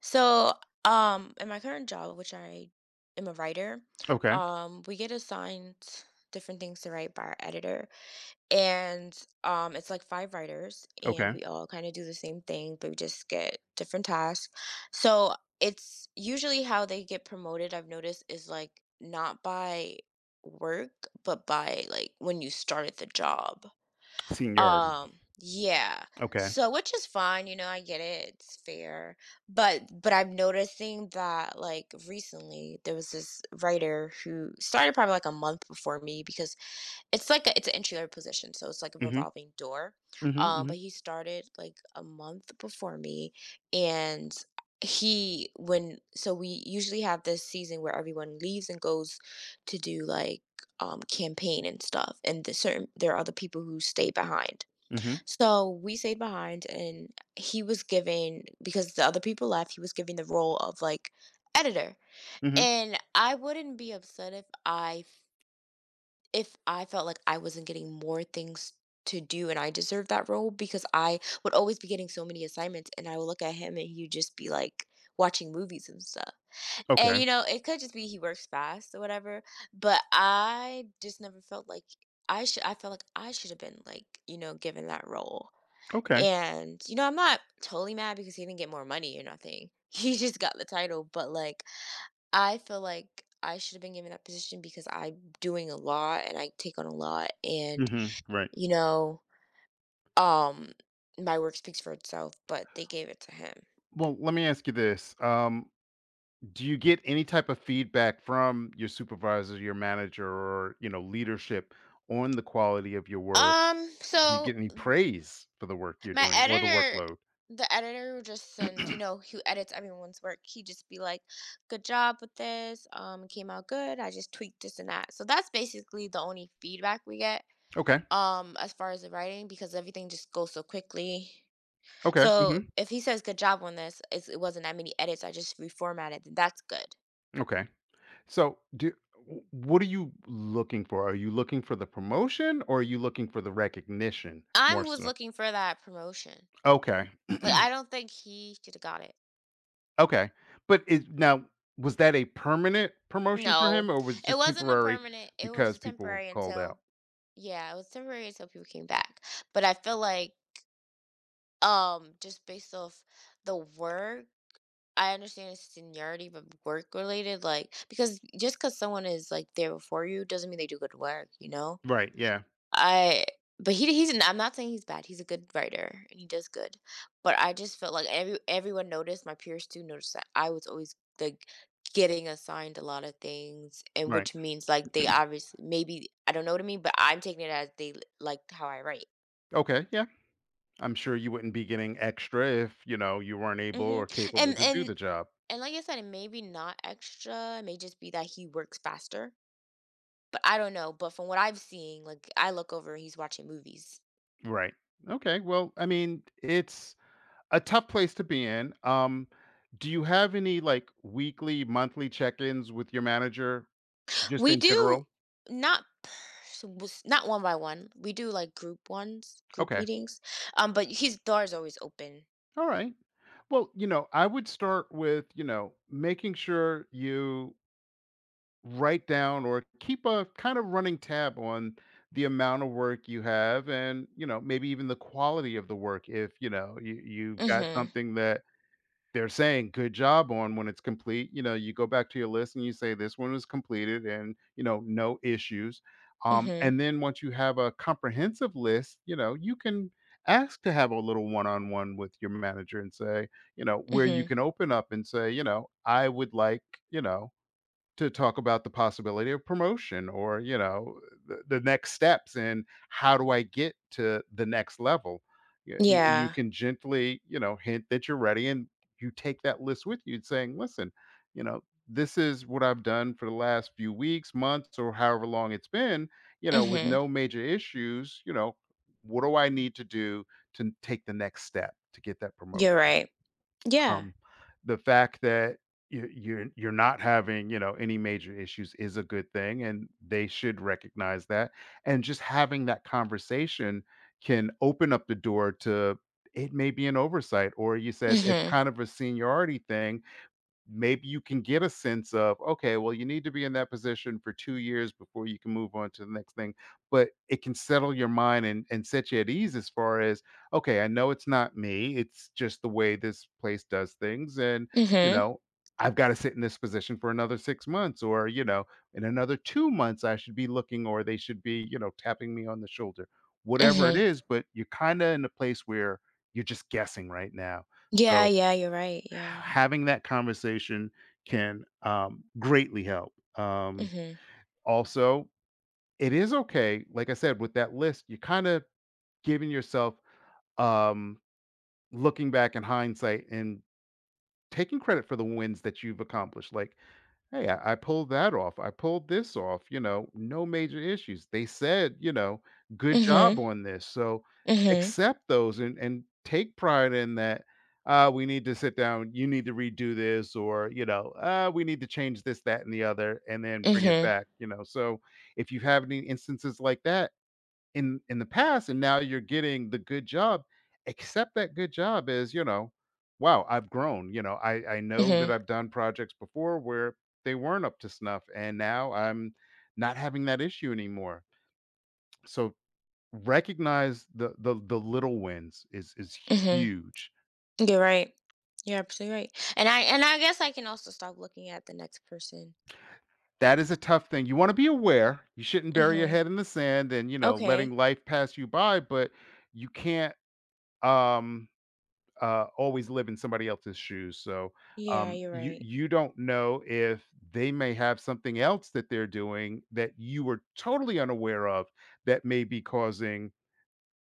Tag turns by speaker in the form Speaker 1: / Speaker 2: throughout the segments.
Speaker 1: So, in my current job, which I am a writer,
Speaker 2: Okay,
Speaker 1: we get assigned different things to write by our editor, and it's like five writers, and
Speaker 2: okay.
Speaker 1: we all kind of do the same thing, but we just get different tasks. So it's usually how they get promoted, I've noticed, is like not by work, but by like when you started the job.
Speaker 2: Seniority.
Speaker 1: Um, yeah.
Speaker 2: Okay.
Speaker 1: So which is fine, you know, I get it. It's fair. But I'm noticing that like recently there was this writer who started probably like a month before me because it's an entry level position, so it's like a
Speaker 2: Mhm,
Speaker 1: revolving door.
Speaker 2: mhm,
Speaker 1: But
Speaker 2: mhm,
Speaker 1: he started like a month before me, and he when so we usually have this season where everyone leaves and goes to do like campaign and stuff, and there are other people who stay behind,
Speaker 2: mhm,
Speaker 1: so we stayed behind, and he was giving because the other people left, he was giving the role of like editor.
Speaker 2: mhm.
Speaker 1: And I wouldn't be upset if I felt like I wasn't getting more things to do and I deserved that role, because I would always be getting so many assignments, and I would look at him and he'd just be like watching movies and stuff. And
Speaker 2: Okay,
Speaker 1: you know, it could just be he works fast or whatever, but I just never felt like I should. I felt like I should have been like, you know, given that role.
Speaker 2: okay.
Speaker 1: And, you know, I'm not totally mad because he didn't get more money or nothing. He just got the title, but, like, I feel like I should have been given that position because I'm doing a lot and I take on a lot and,
Speaker 2: Mhm, right.
Speaker 1: you know, um my work speaks for itself, but they gave it to him.
Speaker 2: Well, let me ask you this, do you get any type of feedback from your supervisor, your manager, or, you know, leadership on the quality of your work?
Speaker 1: Um,
Speaker 2: Do you
Speaker 1: so
Speaker 2: get any praise for the work you're
Speaker 1: my
Speaker 2: doing or the
Speaker 1: editor
Speaker 2: workload?
Speaker 1: the editor would just send, you know, who edits everyone's work. He just be like, "Good job with this, it came out good, I just tweaked this and that." So that's basically the only feedback we get.
Speaker 2: Okay,
Speaker 1: As far as the writing, because everything just goes so quickly,
Speaker 2: okay,
Speaker 1: so
Speaker 2: mhm,
Speaker 1: if he says good job on this, it wasn't that many edits, I just reformatted, then that's good.
Speaker 2: okay. So, do w what are you looking for? Are you looking for the promotion or are you looking for the recognition
Speaker 1: I
Speaker 2: more
Speaker 1: was
Speaker 2: so?
Speaker 1: looking for that promotion.
Speaker 2: Okay.
Speaker 1: Like, I don't think he should have got it.
Speaker 2: Okay, but was that a permanent promotion for
Speaker 1: No,
Speaker 2: him, or was it
Speaker 1: it
Speaker 2: just
Speaker 1: wasn't a
Speaker 2: temporary
Speaker 1: permanent, it was
Speaker 2: because
Speaker 1: just
Speaker 2: people were
Speaker 1: temporary
Speaker 2: called out?
Speaker 1: until, yeah, it was temporary until people came back. But I feel like, just based off the work, I understand it's seniority, but work related, like because just because someone is like there before you doesn't mean they do good work, you know.
Speaker 2: Right, yeah,
Speaker 1: I but he's I'm not saying he's bad. He's a good writer and he does good. But I just felt like everyone noticed, my peers too noticed that I was always like getting assigned a lot of things, and
Speaker 2: right.
Speaker 1: which means like they obviously, maybe, I don't know what I mean, but I'm taking it as liked how I write.
Speaker 2: Okay, yeah. I'm sure you wouldn't be getting extra if, you know, you weren't able
Speaker 1: hmm
Speaker 2: or capable
Speaker 1: And
Speaker 2: to do
Speaker 1: and
Speaker 2: the job.
Speaker 1: and like I said, it may be not extra. It may just be that he works faster. But I don't know. But from what I've seen, like I look over and he's watching movies.
Speaker 2: Right. Okay, well, I mean, it's a tough place to be in. Do you have any, like, weekly, monthly check-ins with your manager, just
Speaker 1: We
Speaker 2: in general?
Speaker 1: do not pers- was- not one by one. We do like group ones, group
Speaker 2: Okay,
Speaker 1: meetings. But his door is always open.
Speaker 2: alright. Well, you know, I would start with, you know, making sure you write down or keep a kind of running tab on the amount of work you have, and you know, maybe even the quality of the work. If you know you've got
Speaker 1: Mhm.
Speaker 2: something that they're saying good job on, when it's complete, you know, you go back to your list and you say this one was completed and you know, no issues.
Speaker 1: Mhm.
Speaker 2: And then once you have a comprehensive list, you know, you can ask to have a little one-on-one with your manager and say, you know, where you
Speaker 1: Mhm.
Speaker 2: can open up and say, you know, I would like, you know, to talk about the possibility of promotion or, you know, the next steps, and how do I get to the next level? You
Speaker 1: Yeah.
Speaker 2: can gently, you know, hint that you're ready, and you take that list with you saying, listen, you know, this is what I've done for the last few weeks, months, or however long it's been, you know, with
Speaker 1: Mhm.
Speaker 2: no major issues, you know, what do I need to do to take the next step to get that promoted?
Speaker 1: You're right. Yeah.
Speaker 2: Um, the fact that you're not having, you know, any major issues is a good thing, and they should recognize that. And just having that conversation can open up the door to, it may be an oversight, or you said it's
Speaker 1: Mhm.
Speaker 2: kind of a seniority thing. Maybe you can get a sense of, okay, well, you need to be in that position for 2 years before you can move on to the next thing, but it can settle your mind and, set you at ease as far as, okay, I know it's not me, it's just the way this place does things. And you
Speaker 1: Mhm.
Speaker 2: know, I've got to sit in this position for another 6 months, or you know, in another 2 months I should be looking, or they should be, you know, tapping me on the shoulder, whatever it
Speaker 1: Mhm.
Speaker 2: is. But you're kind of in a place where you're just guessing right now.
Speaker 1: Yeah.
Speaker 2: So
Speaker 1: Yeah. You're right. Yeah.
Speaker 2: having that conversation can, greatly help.
Speaker 1: Mhm.
Speaker 2: Also, it is okay, like I said, with that list, you're kinda giving yourself, um, looking back in hindsight and taking credit for the wins that you've accomplished. Like, hey, I pulled that off. I pulled this off. You know, no major issues. They said, you know, good job
Speaker 1: Mhm.
Speaker 2: on this. So
Speaker 1: Mhm.
Speaker 2: accept those and take pride in that. We need to sit down. You need to redo this, or you know, we need to change this, that, and the other, and then bring it
Speaker 1: Mhm.
Speaker 2: back. You know, so if you have any instances like that, in the past, and now you're getting the good job, accept that good job as, you know, wow, I've grown. You know, I know that
Speaker 1: Mhm.
Speaker 2: I've done projects before where they weren't up to snuff, and now I'm not having that issue anymore. So recognize the little wins is
Speaker 1: Mhm.
Speaker 2: huge.
Speaker 1: You're right. You're absolutely right. And I guess I can also stop looking at the next person.
Speaker 2: That is a tough thing. You want to be aware, you shouldn't bury your
Speaker 1: Mhm.
Speaker 2: head in the sand and, you know, letting
Speaker 1: Okay.
Speaker 2: life pass you by, but you can't, um always live in somebody else's shoes. So
Speaker 1: Yeah. You're
Speaker 2: you
Speaker 1: right.
Speaker 2: don't know if they may have something else that they're doing that you were totally unaware of, that may be causing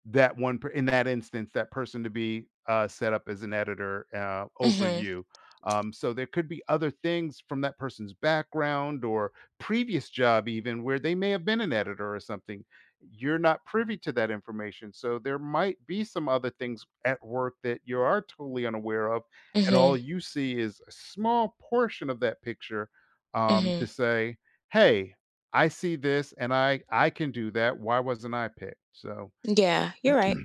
Speaker 2: that one per in that instance, that person to be, set up as an editor, over
Speaker 1: Mhm.
Speaker 2: you. So there could be other things from that person's background, or previous job even, where they may have been an editor or something. You're not privy to that information, so there might be some other things at work that you are totally unaware of, and all
Speaker 1: Mhm.
Speaker 2: you see is a small portion of that picture, to
Speaker 1: Mhm.
Speaker 2: say, "Hey, I see this, and I can do that. Why wasn't I picked?" So
Speaker 1: Yeah, you're right.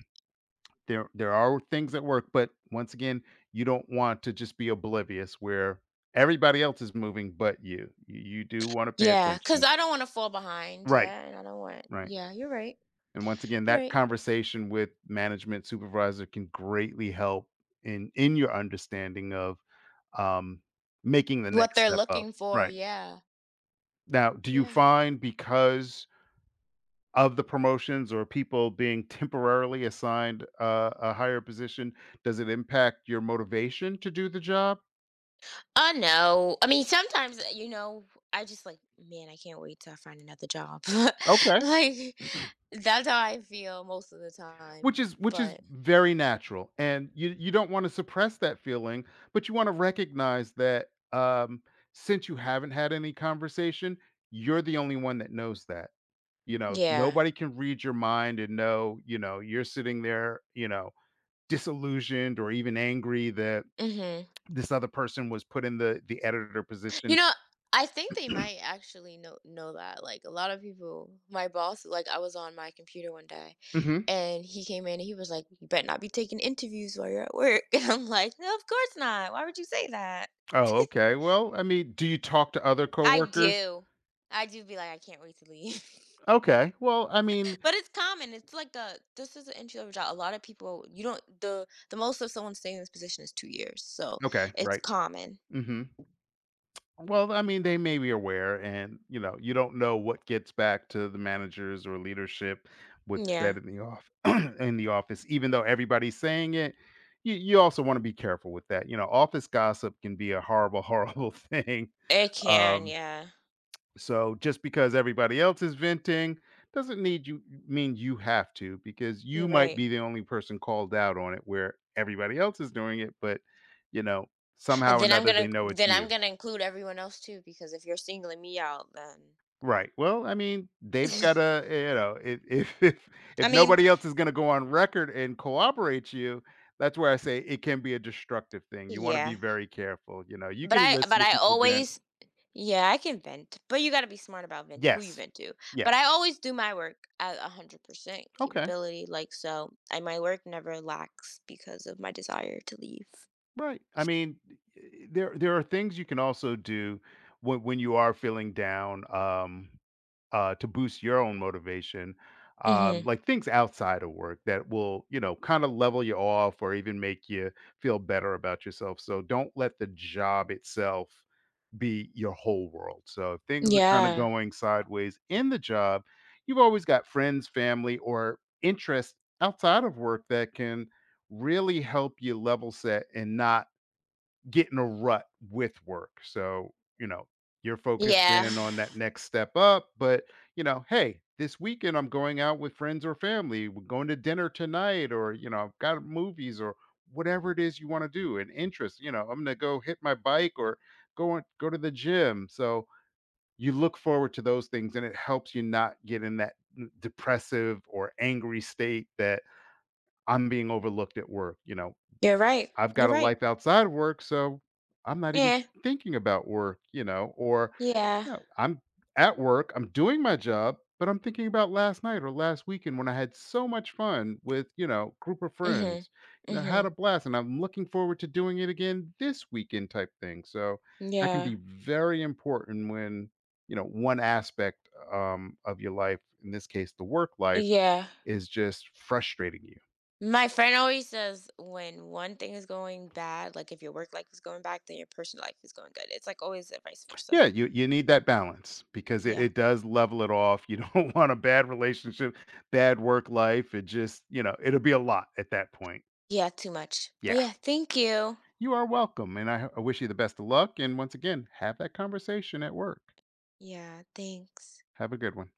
Speaker 2: there are things that work, but once again, you don't want to just be oblivious where everybody else is moving but you. You do wanna pay
Speaker 1: Yeah, cause
Speaker 2: attention.
Speaker 1: I don't wanna fall behind,
Speaker 2: Right,
Speaker 1: yeah, and I don't want.
Speaker 2: right.
Speaker 1: Yeah, you're right.
Speaker 2: And once again,
Speaker 1: You're
Speaker 2: that
Speaker 1: right.
Speaker 2: conversation with management supervisor can greatly help in your understanding of, um, making the
Speaker 1: What
Speaker 2: next
Speaker 1: they're
Speaker 2: step up.
Speaker 1: looking for,
Speaker 2: Right.
Speaker 1: yeah.
Speaker 2: Now, do you
Speaker 1: Yeah.
Speaker 2: find, because of the promotions or people being temporarily assigned a higher position, does it impact your motivation to do the job?
Speaker 1: No. I mean, sometimes, you know, I just like, "Man, I can't wait till I find another job."
Speaker 2: Okay.
Speaker 1: Like, that's how I feel most of the time,
Speaker 2: Which is
Speaker 1: but.
Speaker 2: very natural, and you don't wanna suppress that feeling, but you wanna recognize that, um, since you haven't had any conversation, you're the only one that knows that, you know?
Speaker 1: Yeah.
Speaker 2: Nobody can read your mind and know, you know, you're sitting there, you know, disillusioned or even angry that
Speaker 1: Mhm.
Speaker 2: this other person was put in the editor
Speaker 1: You
Speaker 2: position.
Speaker 1: know, I think they might actually know that, like, a lot of people, my boss, like, I was on my computer one day,
Speaker 2: Hmm.
Speaker 1: and he came in and he was like, "You better not be taking interviews while you're at work." And I'm like, "No, of course not. Why would you say that?"
Speaker 2: Oh, okay. Well, I mean, do you talk to other
Speaker 1: I
Speaker 2: coworkers?
Speaker 1: do. I do be like, "I can't wait to leave."
Speaker 2: Okay. Well, I mean,
Speaker 1: But it's common. It's like a this is an entry level job. A lot of people, you don't the most of someone staying in this position is 2 years. So,
Speaker 2: okay,
Speaker 1: it's
Speaker 2: right.
Speaker 1: common.
Speaker 2: Hmm. Well, I mean, they may be aware, and you know, you don't know what gets back to the managers or leadership, what's said
Speaker 1: Yeah.
Speaker 2: in the off in the office, even though everybody's saying it. You also want to be careful with that. You know, office gossip can be a horrible, horrible thing.
Speaker 1: It can,
Speaker 2: Um,
Speaker 1: yeah.
Speaker 2: So just because everybody else is venting doesn't need you mean you have to, because you
Speaker 1: You're
Speaker 2: might
Speaker 1: right.
Speaker 2: be the only person called out on it where everybody else is doing it, but you know,
Speaker 1: And
Speaker 2: somehow or another they know it's
Speaker 1: then I'm
Speaker 2: you.
Speaker 1: gonna include everyone else too because if you're singling me out, then.
Speaker 2: Right. Well, I mean, they've got to, you know, if if
Speaker 1: I mean,
Speaker 2: nobody else is going to go on record and cooperate you, that's where I say it can be a destructive thing. You want to be
Speaker 1: yeah.
Speaker 2: very careful. You know, you
Speaker 1: But
Speaker 2: can
Speaker 1: I
Speaker 2: listen
Speaker 1: but
Speaker 2: to
Speaker 1: I
Speaker 2: people vent.
Speaker 1: always. Yeah, I can vent, but you got to be smart about vent who you
Speaker 2: Yes.
Speaker 1: vent to.
Speaker 2: Yes.
Speaker 1: But I always do my work at 100%
Speaker 2: Okay.
Speaker 1: capability, like, so. I my work never lacks because of my desire to leave.
Speaker 2: Right. I mean, there are things you can also do when you are feeling down, to boost your own motivation,
Speaker 1: Hmm.
Speaker 2: like things outside of work that will, you know, kind of level you off or even make you feel better about yourself. So don't let the job itself be your whole world. So if things are kind of
Speaker 1: Yeah,
Speaker 2: going sideways in the job, you've always got friends, family, or interests outside of work that can really help you level set and not get in a rut with work. So, you know, you're focused
Speaker 1: yeah,
Speaker 2: in on that next step up, but you know, hey, this weekend I'm going out with friends or family. We're going to dinner tonight, or you know, I've got movies or whatever it is you want to do and interest. You know, I'm gonna go hit my bike, or go to the gym. So you look forward to those things, and it helps you not get in that depressive or angry state that, I'm being overlooked at work. You know,
Speaker 1: you're right.
Speaker 2: I've got
Speaker 1: You're
Speaker 2: a
Speaker 1: right.
Speaker 2: life outside of work, so I'm not even
Speaker 1: Yeah,
Speaker 2: thinking about work, you know. Or
Speaker 1: yeah.
Speaker 2: no, I'm at work, I'm doing my job, but I'm thinking about last night or last weekend, when I had so much fun with, you know, group of
Speaker 1: Mhm,
Speaker 2: friends. You know, had
Speaker 1: mhm.
Speaker 2: a blast, and I'm looking forward to doing it again this weekend type thing. So that can
Speaker 1: Yeah,
Speaker 2: be very important when, you know, one aspect, of your life, in this case, the work life,
Speaker 1: yeah.
Speaker 2: is just frustrating you.
Speaker 1: My friend always says when one thing is going bad, like if your work life is going bad, then your personal life is going good. It's like always a vice versa.
Speaker 2: Yeah, you need that balance, because
Speaker 1: Yeah,
Speaker 2: it does level it off. You don't want a bad relationship, bad work life. It just, you know, it'll be a lot at that point.
Speaker 1: yeah. Too much,
Speaker 2: Yeah.
Speaker 1: but yeah. Thank you.
Speaker 2: You are welcome. And I wish you the best of luck. And once again, have that conversation at work.
Speaker 1: Yeah, thanks.
Speaker 2: Have a good one.